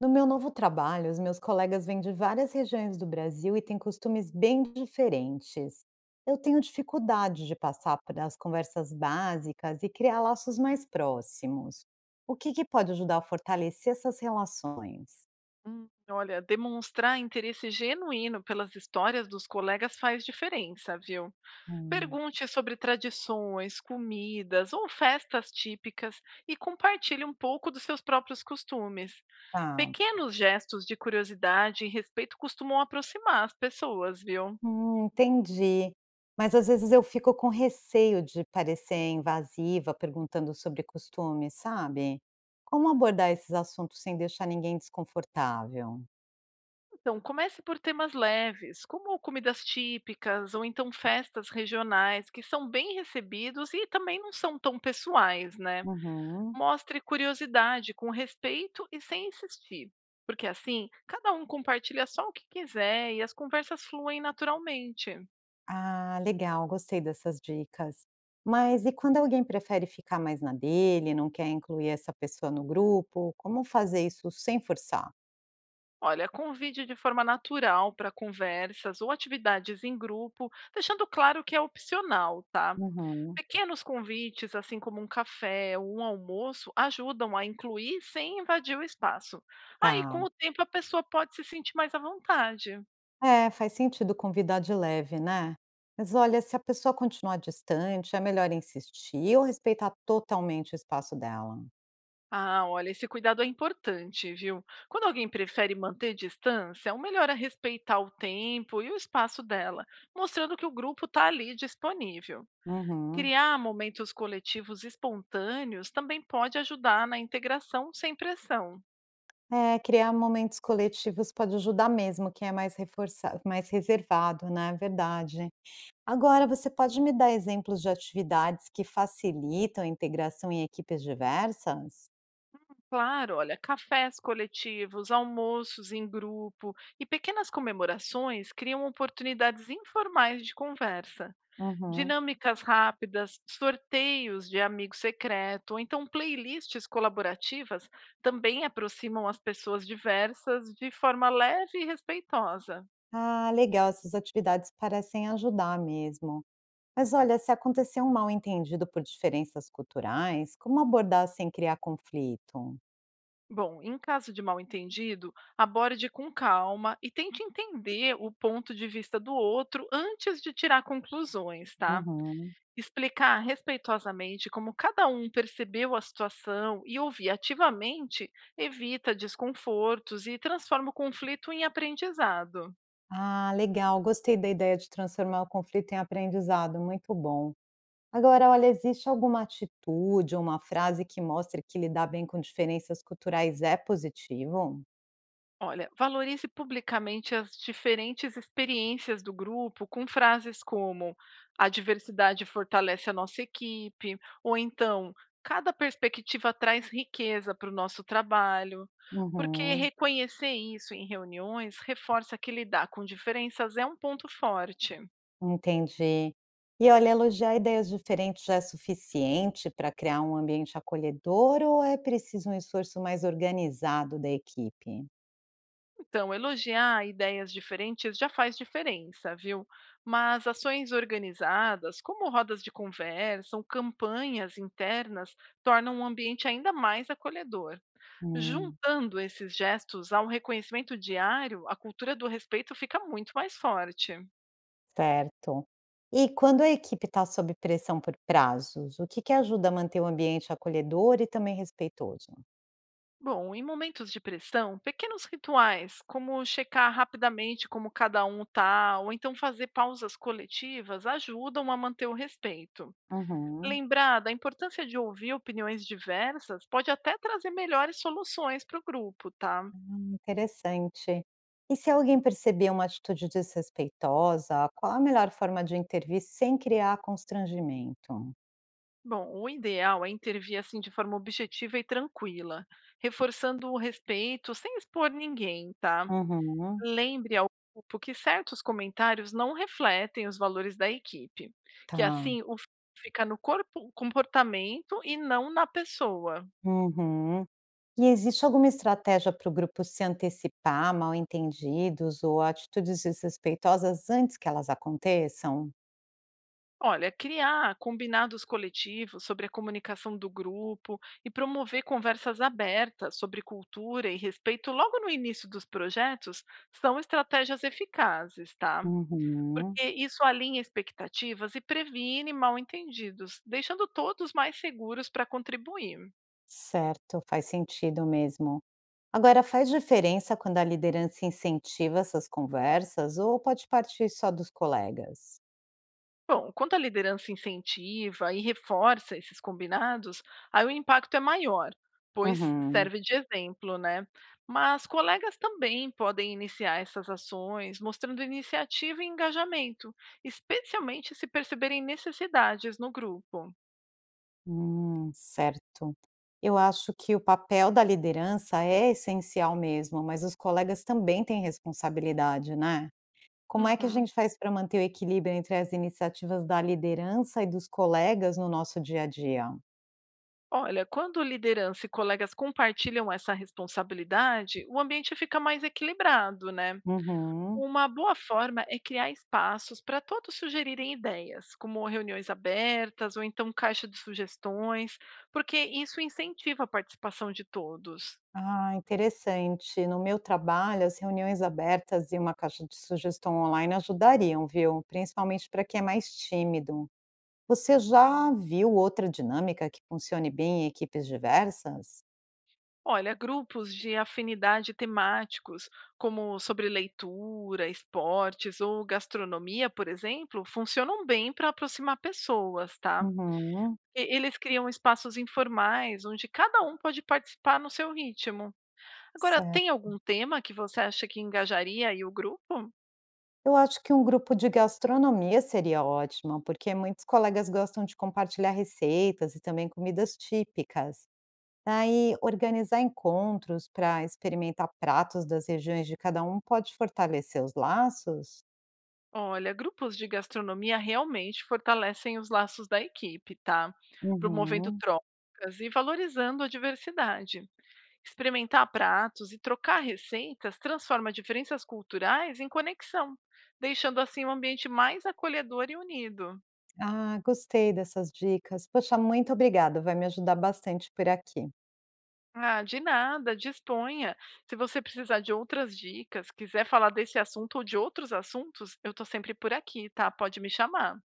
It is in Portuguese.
No meu novo trabalho, os meus colegas vêm de várias regiões do Brasil e têm costumes bem diferentes. Eu tenho dificuldade de passar das conversas básicas e criar laços mais próximos. O que pode ajudar a fortalecer essas relações? Olha, demonstrar interesse genuíno pelas histórias dos colegas faz diferença, viu? Hum, Pergunte sobre tradições, comidas ou festas típicas e compartilhe um pouco dos seus próprios costumes. tá. Pequenos gestos de curiosidade e respeito costumam aproximar as pessoas, viu? Entendi. Mas às vezes eu fico com receio de parecer invasiva perguntando sobre costumes, sabe? Como abordar esses assuntos sem deixar ninguém desconfortável? Então, comece por temas leves, como comidas típicas ou então festas regionais, que são bem recebidos e também não são tão pessoais, né? Uhum. Mostre curiosidade com respeito e sem insistir, porque assim cada um compartilha só o que quiser e as conversas fluem naturalmente. Ah, legal, gostei dessas dicas. Mas e quando alguém prefere ficar mais na dele, não quer incluir essa pessoa no grupo, como fazer isso sem forçar? Olha, convide de forma natural para conversas ou atividades em grupo, deixando claro que é opcional, tá? Uhum, Pequenos convites, assim como um café ou um almoço, ajudam a incluir sem invadir o espaço. Aí, tá. com o tempo, a pessoa pode se sentir mais à vontade. É, faz sentido convidar de leve, né? Mas olha, se a pessoa continuar distante, é melhor insistir ou respeitar totalmente o espaço dela? Ah, olha, esse cuidado é importante, viu? Quando alguém prefere manter distância, o melhor é respeitar o tempo e o espaço dela, mostrando que o grupo está ali disponível. Uhum. Criar momentos coletivos espontâneos também pode ajudar na integração sem pressão. É, criar momentos coletivos pode ajudar mesmo quem é mais reforçado, mais reservado, né? Verdade. Agora, você pode me dar exemplos de atividades que facilitam a integração em equipes diversas? Claro, olha, cafés coletivos, almoços em grupo e pequenas comemorações criam oportunidades informais de conversa. Uhum. Dinâmicas rápidas, sorteios de amigo secreto, ou então playlists colaborativas também aproximam as pessoas diversas de forma leve e respeitosa. Ah, legal, essas atividades parecem ajudar mesmo. Mas olha, se acontecer um mal-entendido por diferenças culturais, como abordar sem criar conflito? Bom, em caso de mal-entendido, aborde com calma e tente entender o ponto de vista do outro antes de tirar conclusões, tá? Uhum. Explicar respeitosamente como cada um percebeu a situação e ouvir ativamente evita desconfortos e transforma o conflito em aprendizado. Ah, legal, gostei da ideia de transformar o conflito em aprendizado, muito bom. Agora, olha, existe alguma atitude ou uma frase que mostre que lidar bem com diferenças culturais é positivo? Olha, valorize publicamente as diferentes experiências do grupo com frases como a diversidade fortalece a nossa equipe, ou então cada perspectiva traz riqueza para o nosso trabalho. Porque Uhum. reconhecer isso em reuniões reforça que lidar com diferenças é um ponto forte. Entendi. E olha, elogiar ideias diferentes já é suficiente para criar um ambiente acolhedor ou é preciso um esforço mais organizado da equipe? Então, elogiar ideias diferentes já faz diferença, viu? Mas ações organizadas, como rodas de conversa ou campanhas internas, tornam o ambiente ainda mais acolhedor. Hum, Juntando esses gestos a um reconhecimento diário, a cultura do respeito fica muito mais forte. certo. E quando a equipe está sob pressão por prazos, o que ajuda a manter o ambiente acolhedor e também respeitoso? Bom, em momentos de pressão, pequenos rituais, como checar rapidamente como cada um está, ou então fazer pausas coletivas, ajudam a manter o respeito. Uhum. Lembrar da importância de ouvir opiniões diversas pode até trazer melhores soluções para o grupo, tá? Ah, interessante. E se alguém perceber uma atitude desrespeitosa, qual a melhor forma de intervir sem criar constrangimento? Bom, o ideal é intervir assim de forma objetiva e tranquila, reforçando o respeito sem expor ninguém, tá? Uhum. Lembre ao grupo que certos comentários não refletem os valores da equipe, que Tá. assim o foco fica no corpo, comportamento e não na pessoa. Uhum. E existe alguma estratégia para o grupo se antecipar a mal-entendidos ou atitudes desrespeitosas antes que elas aconteçam? Olha, criar combinados coletivos sobre a comunicação do grupo e promover conversas abertas sobre cultura e respeito logo no início dos projetos são estratégias eficazes, tá? Uhum. Porque isso alinha expectativas e previne mal-entendidos, deixando todos mais seguros para contribuir. Certo, faz sentido mesmo. Agora, faz diferença quando a liderança incentiva essas conversas ou pode partir só dos colegas? Bom, quando a liderança incentiva e reforça esses combinados, aí o impacto é maior, pois Uhum. serve de exemplo, né? Mas colegas também podem iniciar essas ações, mostrando iniciativa e engajamento, especialmente se perceberem necessidades no grupo. Certo. Eu acho que o papel da liderança é essencial mesmo, mas os colegas também têm responsabilidade, né? Como é que a Uhum. gente faz para manter o equilíbrio entre as iniciativas da liderança e dos colegas no nosso dia a dia? Olha, quando liderança e colegas compartilham essa responsabilidade, o ambiente fica mais equilibrado, né? Uhum. Uma boa forma é criar espaços para todos sugerirem ideias, como reuniões abertas ou então caixa de sugestões, porque isso incentiva a participação de todos. Ah, interessante. No meu trabalho, as reuniões abertas e uma caixa de sugestão online ajudariam, viu? Principalmente para quem é mais tímido. Você já viu outra dinâmica que funcione bem em equipes diversas? Olha, grupos de afinidade temáticos, como sobre leitura, esportes ou gastronomia, por exemplo, funcionam bem para aproximar pessoas, tá? Uhum, Eles criam espaços informais onde cada um pode participar no seu ritmo. Agora, tem certo. algum tema que você acha que engajaria aí o grupo? Eu acho que um grupo de gastronomia seria ótimo, porque muitos colegas gostam de compartilhar receitas e também comidas típicas. Aí, organizar encontros para experimentar pratos das regiões de cada um pode fortalecer os laços? Olha, grupos de gastronomia realmente fortalecem os laços da equipe, tá? Promovendo Uhum. trocas e valorizando a diversidade. Experimentar pratos e trocar receitas transforma diferenças culturais em conexão, deixando assim um ambiente mais acolhedor e unido. Ah, gostei dessas dicas. Poxa, muito obrigada, vai me ajudar bastante por aqui. Ah, de nada, disponha. Se você precisar de outras dicas, quiser falar desse assunto ou de outros assuntos, eu tô sempre por aqui, tá? Pode me chamar.